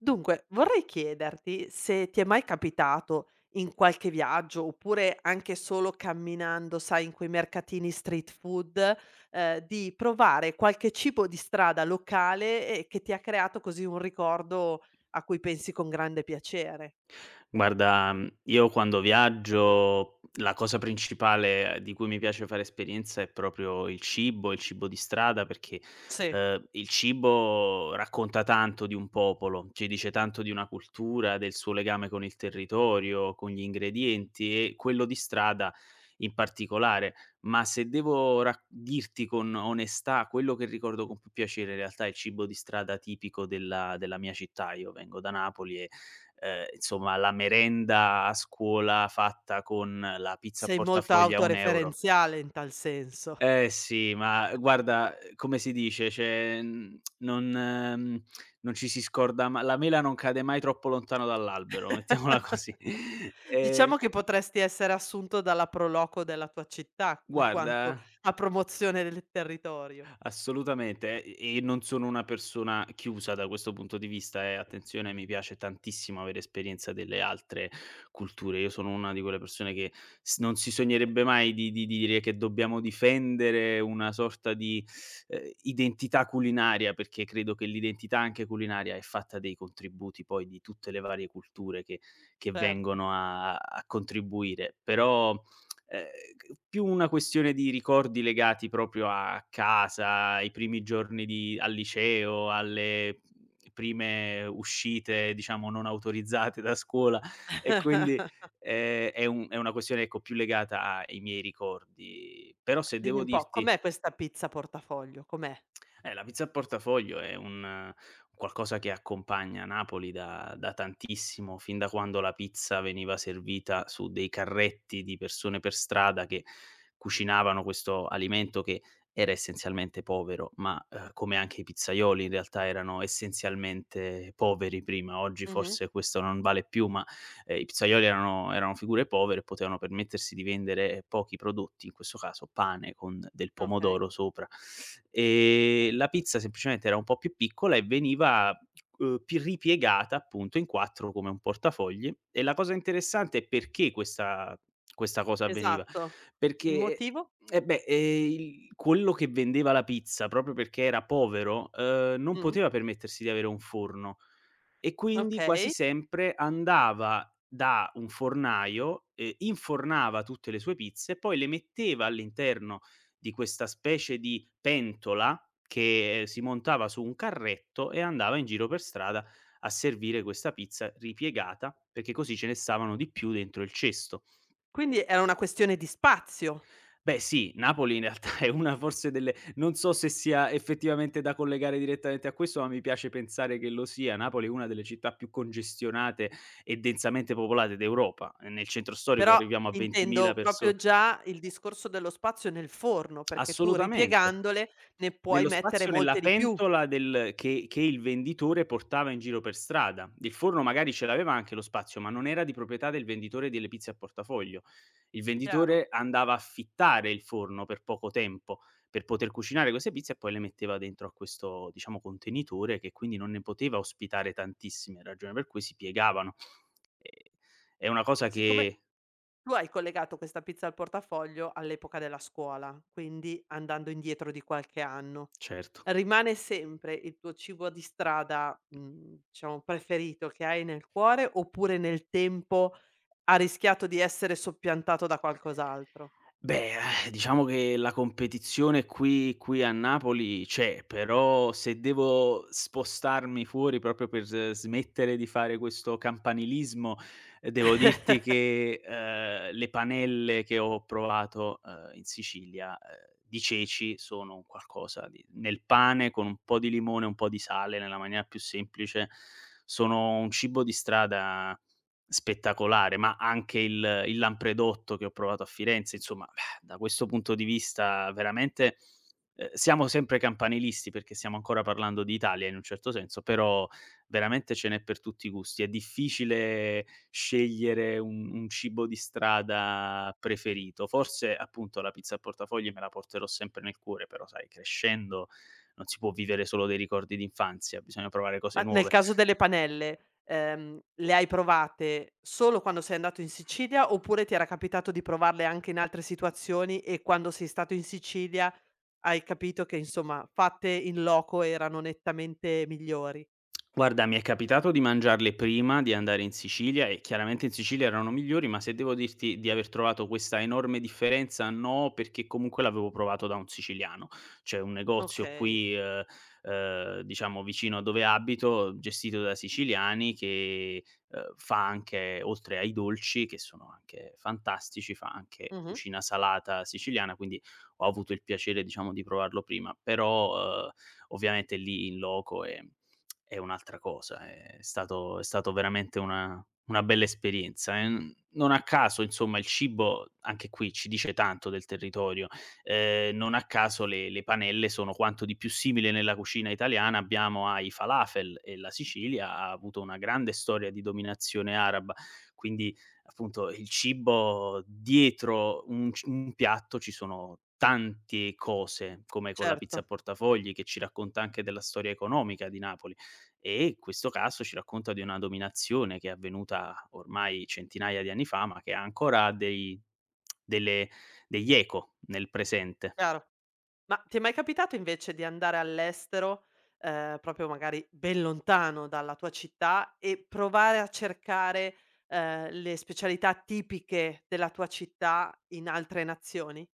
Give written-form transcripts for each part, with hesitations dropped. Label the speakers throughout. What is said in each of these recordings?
Speaker 1: Dunque, vorrei chiederti se ti è mai capitato in qualche viaggio, oppure anche solo camminando, sai, in quei mercatini street food, di provare qualche cibo di strada locale e che ti ha creato così un ricordo a cui pensi con grande piacere.
Speaker 2: Guarda, io quando viaggio la cosa principale di cui mi piace fare esperienza è proprio il cibo di strada perché,
Speaker 1: Sì.
Speaker 2: il cibo racconta tanto di un popolo, ci dice tanto di una cultura, del suo legame con il territorio, con gli ingredienti e quello di strada in particolare. Ma se devo rac dirti con onestà, quello che ricordo con più piacere in realtà è il cibo di strada tipico della mia città. Io vengo da Napoli e insomma la merenda a scuola fatta con la pizza a
Speaker 1: Sei molto
Speaker 2: portafogli a 1 €.
Speaker 1: autoreferenziale in tal senso.
Speaker 2: Eh sì, ma guarda, come si dice, cioè, non ci si scorda, ma la mela non cade mai troppo lontano dall'albero, mettiamola così. Ehm,
Speaker 1: Diciamo che potresti essere assunto dalla pro loco della tua città in
Speaker 2: guarda.
Speaker 1: quanto a promozione del territorio.
Speaker 2: Assolutamente, e non sono una persona chiusa da questo punto di vista, attenzione, mi piace tantissimo avere esperienza delle altre culture. Io sono una di quelle persone che s non si sognerebbe mai di dire che dobbiamo difendere una sorta di, identità culinaria, perché credo che l'identità anche culinaria è fatta dei contributi poi di tutte le varie culture che
Speaker 1: Certo.
Speaker 2: vengono a contribuire. Però ehm, più una questione di ricordi legati proprio a casa, ai primi giorni di al liceo, alle prime uscite, diciamo, non autorizzate da scuola. E quindi, è una questione, ecco, più legata ai miei ricordi. Però se
Speaker 1: Dimmi
Speaker 2: devo
Speaker 1: un po',
Speaker 2: dirti
Speaker 1: com'è questa pizza portafoglio? Com'è?
Speaker 2: la pizza a portafoglio è un qualcosa che accompagna Napoli da tantissimo, fin da quando la pizza veniva servita su dei carretti di persone per strada che cucinavano questo alimento, che era essenzialmente povero, ma, come anche i pizzaioli in realtà erano essenzialmente poveri prima. Oggi
Speaker 1: Mh-mh.
Speaker 2: forse questo non vale più, ma i pizzaioli erano figure povere e potevano permettersi di vendere pochi prodotti, in questo caso pane con del
Speaker 1: Okay.
Speaker 2: pomodoro sopra. La pizza semplicemente era un po' più piccola e veniva, pi ripiegata appunto in 4 come un portafogli, e la cosa interessante è perché questa cosa avveniva,
Speaker 1: Esatto. Il
Speaker 2: perché
Speaker 1: motivo?
Speaker 2: eh beh, il quello che vendeva la pizza, proprio perché era povero, non
Speaker 1: Mh.
Speaker 2: poteva permettersi di avere un forno, e quindi quasi
Speaker 1: Okay.
Speaker 2: sempre andava da un fornaio, infornava tutte le sue pizze e poi le metteva all'interno di questa specie di pentola che si montava su un carretto e andava in giro per strada a servire questa pizza ripiegata, perché così ce ne stavano di più dentro il cesto.
Speaker 1: Quindi era una questione di spazio,
Speaker 2: Beh sì, Napoli in realtà è una forse delle, non so se sia effettivamente da collegare direttamente a questo, ma mi piace pensare che lo sia. Napoli è una delle città più congestionate e densamente popolate d'Europa. Nel centro storico
Speaker 1: però
Speaker 2: arriviamo a 20.000
Speaker 1: intendo
Speaker 2: perso
Speaker 1: proprio già il discorso dello spazio nel forno, perché tu
Speaker 2: assolutamente.
Speaker 1: ripiegandole ne puoi
Speaker 2: Nello
Speaker 1: mettere
Speaker 2: spazio, nella
Speaker 1: molte di più.
Speaker 2: pentola del che il venditore portava in giro per strada. Il forno magari ce l'aveva anche lo spazio, ma non era di proprietà del venditore delle pizze a portafoglio. Il
Speaker 1: Chiaro.
Speaker 2: venditore andava a affittare il forno per poco tempo, per poter cucinare queste pizze e poi le metteva dentro a questo, diciamo, contenitore, che quindi non ne poteva ospitare tantissime, ragione per cui si piegavano. Ehm, è una cosa
Speaker 1: Siccome
Speaker 2: che.
Speaker 1: Tu hai collegato questa pizza al portafoglio all'epoca della scuola, quindi andando indietro di qualche anno.
Speaker 2: Certo.
Speaker 1: Rimane sempre il tuo cibo di strada, diciamo preferito che hai nel cuore, oppure nel tempo ha rischiato di essere soppiantato da qualcos'altro?
Speaker 2: Beh, diciamo che la competizione qui a Napoli c'è, però se devo spostarmi fuori proprio per s smettere di fare questo campanilismo, devo dirti che, le panelle che ho provato, in Sicilia, di ceci, sono un qualcosa di, nel pane con un po' di limone e un po' di sale, nella maniera più semplice, sono un cibo di strada spettacolare. Ma anche il lampredotto che ho provato a Firenze, insomma, beh, da questo punto di vista veramente, siamo sempre campanilisti perché stiamo ancora parlando di Italia in un certo senso, però veramente ce n'è per tutti i gusti. È difficile scegliere un cibo di strada preferito. Forse, appunto, la pizza al portafogli me la porterò sempre nel cuore, però sai, crescendo non si può vivere solo dei ricordi d'infanzia, bisogna provare cose
Speaker 1: Ma nel
Speaker 2: nuove.
Speaker 1: caso delle panelle, le hai provate solo quando sei andato in Sicilia, oppure ti era capitato di provarle anche in altre situazioni e quando sei stato in Sicilia? Hai capito che insomma fatte in loco erano nettamente migliori.
Speaker 2: Guarda, mi è capitato di mangiarle prima di andare in Sicilia e chiaramente in Sicilia erano migliori, ma se devo dirti di aver trovato questa enorme differenza, no, perché comunque l'avevo provato da un siciliano. C'è un negozio
Speaker 1: Okay.
Speaker 2: qui, diciamo, vicino a dove abito, gestito da siciliani, che fa anche, oltre ai dolci, che sono anche fantastici, fa anche
Speaker 1: Mh-mh.
Speaker 2: cucina salata siciliana, quindi ho avuto il piacere, diciamo, di provarlo prima, però ovviamente lì in loco e è un'altra cosa, è stato veramente una bella esperienza, non a caso insomma il cibo anche qui ci dice tanto del territorio, non a caso le panelle sono quanto di più simile nella cucina italiana abbiamo ai falafel, e la Sicilia ha avuto una grande storia di dominazione araba, quindi appunto il cibo, dietro un piatto ci sono tante cose, come con la
Speaker 1: Certo,
Speaker 2: pizza a portafogli che ci racconta anche della storia economica di Napoli. E in questo caso ci racconta di una dominazione che è avvenuta ormai centinaia di anni fa, ma che ha ancora dei delle degli eco nel presente.
Speaker 1: chiaro. Ma ti è mai capitato invece di andare all'estero, proprio magari ben lontano dalla tua città e provare a cercare, le specialità tipiche della tua città in altre nazioni?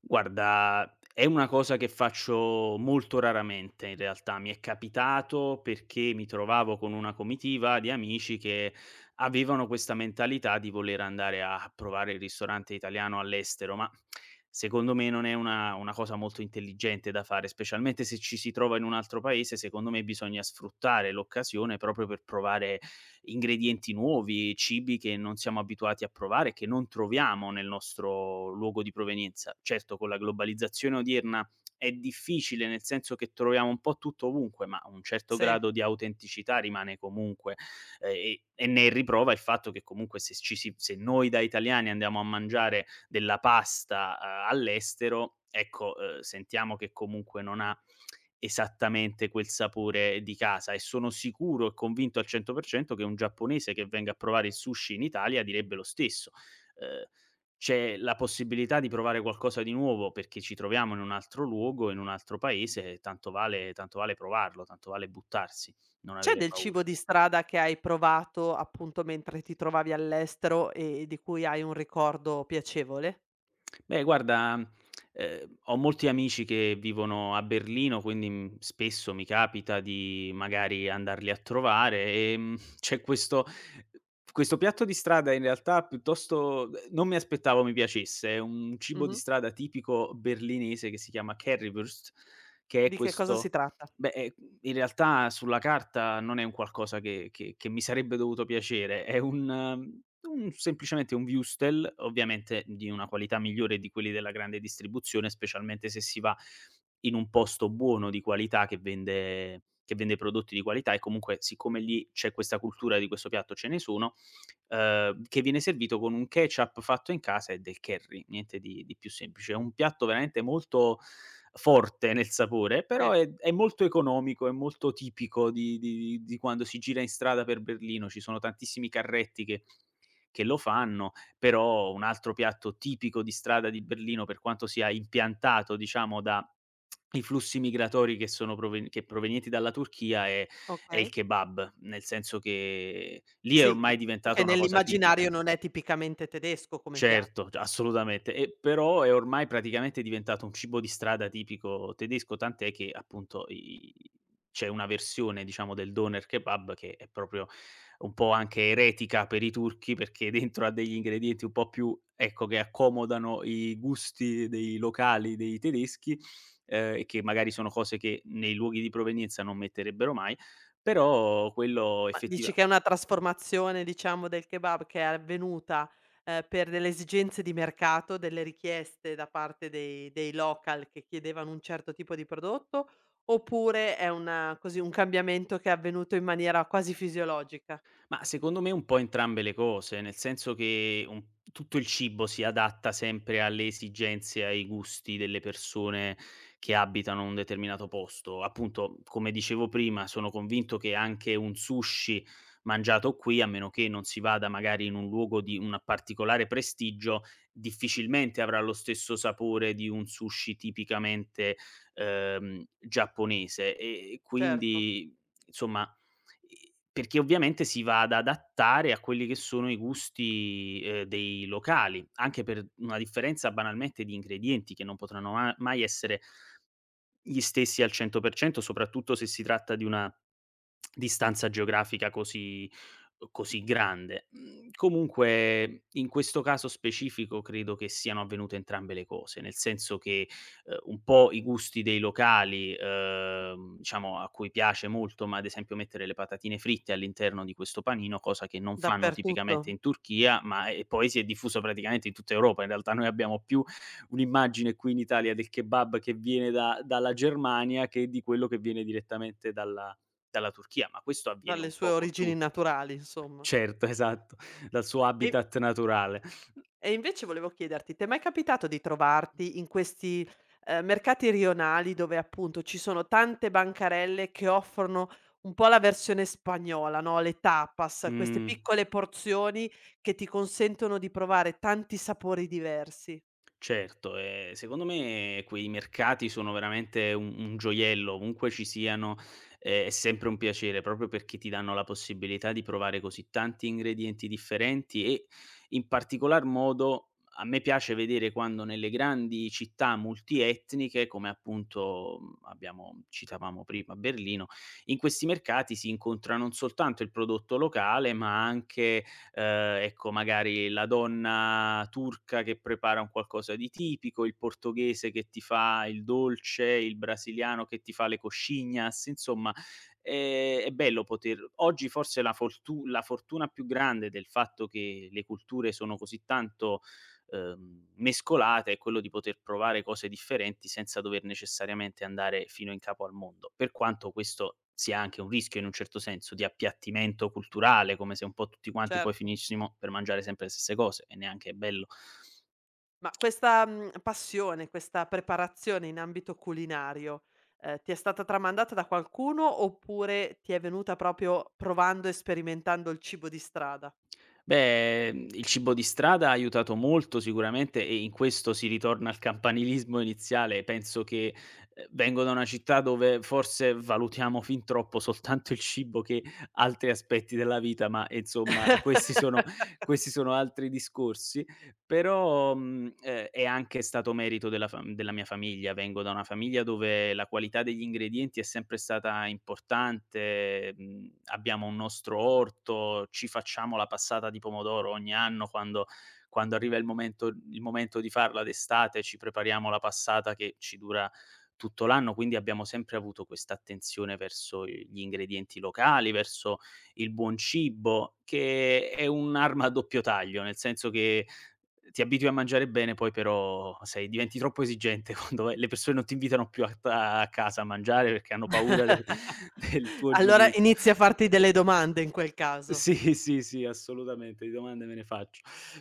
Speaker 2: Guarda, è una cosa che faccio molto raramente in realtà. Mi è capitato perché mi trovavo con una comitiva di amici che avevano questa mentalità di voler andare a provare il ristorante italiano all'estero, ma secondo me non è una cosa molto intelligente da fare, specialmente se ci si trova in un altro paese. Secondo me bisogna sfruttare l'occasione proprio per provare ingredienti nuovi, cibi che non siamo abituati a provare, che non troviamo nel nostro luogo di provenienza. Certo, con la globalizzazione odierna è difficile, nel senso che troviamo un po' tutto ovunque, ma un certo
Speaker 1: Sì.
Speaker 2: grado di autenticità rimane comunque. E ne è riprova il fatto che comunque, se ci si se noi da italiani andiamo a mangiare della pasta, all'estero, ecco, sentiamo che comunque non ha esattamente quel sapore di casa, e sono sicuro e convinto al 100% che un giapponese che venga a provare il sushi in Italia direbbe lo stesso. Ehm, c'è la possibilità di provare qualcosa di nuovo perché ci troviamo in un altro luogo, in un altro paese, tanto vale, tanto vale provarlo, tanto vale buttarsi, non
Speaker 1: C'è
Speaker 2: avere
Speaker 1: del cibo
Speaker 2: paura.
Speaker 1: di strada che hai provato appunto mentre ti trovavi all'estero e di cui hai un ricordo piacevole?
Speaker 2: Beh, guarda, ho molti amici che vivono a Berlino, quindi, spesso mi capita di magari andarli a trovare, c'è questo piatto di strada, in realtà piuttosto, non mi aspettavo mi piacesse, è un cibo di
Speaker 1: Mh-mh.
Speaker 2: strada tipico berlinese che si chiama Currywurst, che è
Speaker 1: Di che cosa si
Speaker 2: questo.
Speaker 1: tratta?
Speaker 2: Beh, in realtà sulla carta non è un qualcosa che mi sarebbe dovuto piacere, è un semplicemente un Würstel, ovviamente di una qualità migliore di quelli della grande distribuzione, specialmente se si va in un posto buono, di qualità, che vende prodotti di qualità. E comunque, siccome lì c'è questa cultura di questo piatto ce ne sono, che viene servito con un ketchup fatto in casa e del curry, niente di più semplice. È un piatto veramente molto forte nel sapore, però
Speaker 1: Sì,
Speaker 2: è molto economico, è molto tipico di quando si gira in strada per Berlino. Ci sono tantissimi carretti che lo fanno. Però un altro piatto tipico di strada di Berlino, per quanto sia impiantato, diciamo, da i flussi migratori che sono provenienti dalla Turchia, è il
Speaker 1: okay.
Speaker 2: kebab, nel senso che lì è
Speaker 1: Sì,
Speaker 2: ormai
Speaker 1: diciamo
Speaker 2: diventata
Speaker 1: che
Speaker 2: una cosa tipica.
Speaker 1: nell'immaginario non è tipicamente tedesco come piatto.
Speaker 2: Certo, c assolutamente. E però è ormai praticamente diventato un cibo di strada tipico tedesco, tant'è che appunto i c'è una versione, diciamo, del doner kebab che è proprio un po' anche eretica per i turchi, perché dentro ha degli ingredienti un po' più, ecco, che accomodano i gusti dei locali, dei tedeschi, e che magari sono cose che nei luoghi di provenienza non metterebbero mai, però quello
Speaker 1: Ma
Speaker 2: effettiva.
Speaker 1: dici che è una trasformazione, diciamo, del kebab che è avvenuta, per delle esigenze di mercato, delle richieste da parte dei local che chiedevano un certo tipo di prodotto, oppure è una così, un cambiamento che è avvenuto in maniera quasi fisiologica?
Speaker 2: Ma secondo me un po' entrambe le cose, nel senso che un tutto il cibo si adatta sempre alle esigenze e ai gusti delle persone che abitano un determinato posto. Appunto, come dicevo prima, sono convinto che anche un sushi mangiato qui, a meno che non si vada magari in un luogo di un particolare prestigio, difficilmente avrà lo stesso sapore di un sushi tipicamente, giapponese. E
Speaker 1: Certo,
Speaker 2: quindi, insomma, perché ovviamente si va ad adattare a quelli che sono i gusti, dei locali, anche per una differenza banalmente di ingredienti che non potranno mai essere gli stessi al 100%, soprattutto se si tratta di una distanza geografica così grande. Mhmm, comunque in questo caso specifico credo che siano avvenute entrambe le cose, nel senso che, un po' i gusti dei locali, diciamo a cui piace molto, ma ad esempio mettere le patatine fritte all'interno di questo panino, cosa che non fanno
Speaker 1: dappertutto,
Speaker 2: tipicamente in Turchia, ma e poi si è diffuso praticamente in tutta Europa. In realtà noi abbiamo più un'immagine qui in Italia del kebab che viene da dalla Germania che di quello che viene direttamente dalla Turchia, ma questo avviene
Speaker 1: dalle
Speaker 2: un
Speaker 1: sue
Speaker 2: po' con
Speaker 1: origini
Speaker 2: tutto.
Speaker 1: naturali insomma.
Speaker 2: Certo, esatto, dal suo
Speaker 1: E
Speaker 2: habitat naturale.
Speaker 1: e invece volevo chiederti, t'è mai capitato di trovarti in questi, mercati rionali dove appunto ci sono tante bancarelle che offrono un po' la versione spagnola, no, le tapas, queste
Speaker 2: Mh.
Speaker 1: piccole porzioni che ti consentono di provare tanti sapori diversi.
Speaker 2: Certo, secondo me quei mercati sono veramente un gioiello, ovunque ci siano, è sempre un piacere, proprio perché ti danno la possibilità di provare così tanti ingredienti differenti e, in particolar modo, a me piace vedere quando nelle grandi città multietniche, come appunto, abbiamo citavamo prima Berlino, in questi mercati si incontra non soltanto il prodotto locale, ma anche, ecco, magari la donna turca che prepara un qualcosa di tipico, il portoghese che ti fa il dolce, il brasiliano che ti fa le coxinhas, insomma, è bello poter oggi forse la fortuna più grande del fatto che le culture sono così tanto mescolata è quello di poter provare cose differenti senza dover necessariamente andare fino in capo al mondo. Per quanto questo sia anche un rischio in un certo senso di appiattimento culturale, come se un po' tutti quanti poi
Speaker 1: Certo.
Speaker 2: finissimo per mangiare sempre le stesse cose e neanche è bello.
Speaker 1: Ma questa, passione, questa preparazione in ambito culinario, ti è stata tramandata da qualcuno oppure ti è venuta proprio provando e sperimentando il cibo di strada?
Speaker 2: Beh, il cibo di strada ha aiutato molto sicuramente e in questo si ritorna al campanilismo iniziale. Penso che, vengo da una città dove forse valutiamo fin troppo soltanto il cibo che altri aspetti della vita, ma insomma questi sono altri discorsi. Però, è anche stato merito della mia famiglia. Vengo da una famiglia dove la qualità degli ingredienti è sempre stata importante, abbiamo un nostro orto, ci facciamo la passata di pomodoro ogni anno quando arriva il momento di farla d'estate, ci prepariamo la passata che ci dura tutto l'anno, quindi abbiamo sempre avuto questa attenzione verso gli ingredienti locali, verso il buon cibo, che è un'arma a doppio taglio, nel senso che ti abitui a mangiare bene, poi però sai diventi troppo esigente quando le persone non ti invitano più a t a casa a mangiare perché hanno paura del del tuo
Speaker 1: Allora
Speaker 2: giudizio.
Speaker 1: inizi a farti delle domande in quel caso.
Speaker 2: Sì, sì, sì, assolutamente, di domande me ne faccio.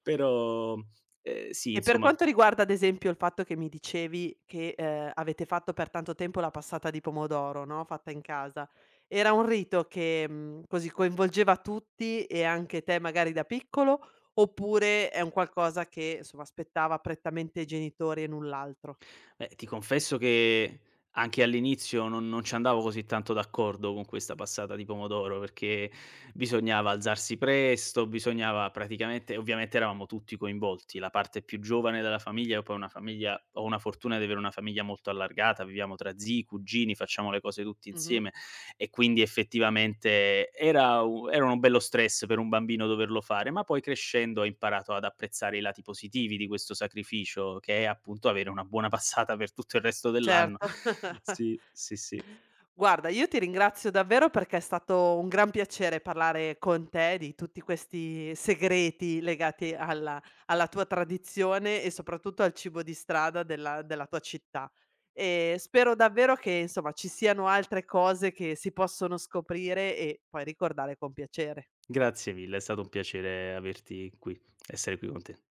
Speaker 2: Però, sì
Speaker 1: E per
Speaker 2: insomma.
Speaker 1: quanto riguarda ad esempio il fatto che mi dicevi che, avete fatto per tanto tempo la passata di pomodoro, no, fatta in casa, era un rito che, così coinvolgeva tutti e anche te magari da piccolo, oppure è un qualcosa che, insomma, spettava prettamente ai genitori e null'altro?
Speaker 2: Beh, ti confesso che anche all'inizio non ci andavo così tanto d'accordo con questa passata di pomodoro, perché bisognava alzarsi presto, bisognava praticamente ovviamente eravamo tutti coinvolti, la parte più giovane della famiglia, io poi ho una fortuna di avere una famiglia molto allargata, viviamo tra zii, cugini, facciamo le cose tutti
Speaker 1: Mh-mh.
Speaker 2: insieme e quindi effettivamente era uno bello stress per un bambino doverlo fare, ma poi crescendo ho imparato ad apprezzare i lati positivi di questo sacrificio, che è appunto avere una buona passata per tutto il resto dell'anno.
Speaker 1: Certo.
Speaker 2: Sì, sì, sì.
Speaker 1: Guarda, io ti ringrazio davvero perché è stato un gran piacere parlare con te di tutti questi segreti legati alla alla tua tradizione e soprattutto al cibo di strada della tua città. E spero davvero che, insomma, ci siano altre cose che si possono scoprire e poi ricordare con piacere.
Speaker 2: Grazie mille, è stato un piacere averti qui essere qui con te.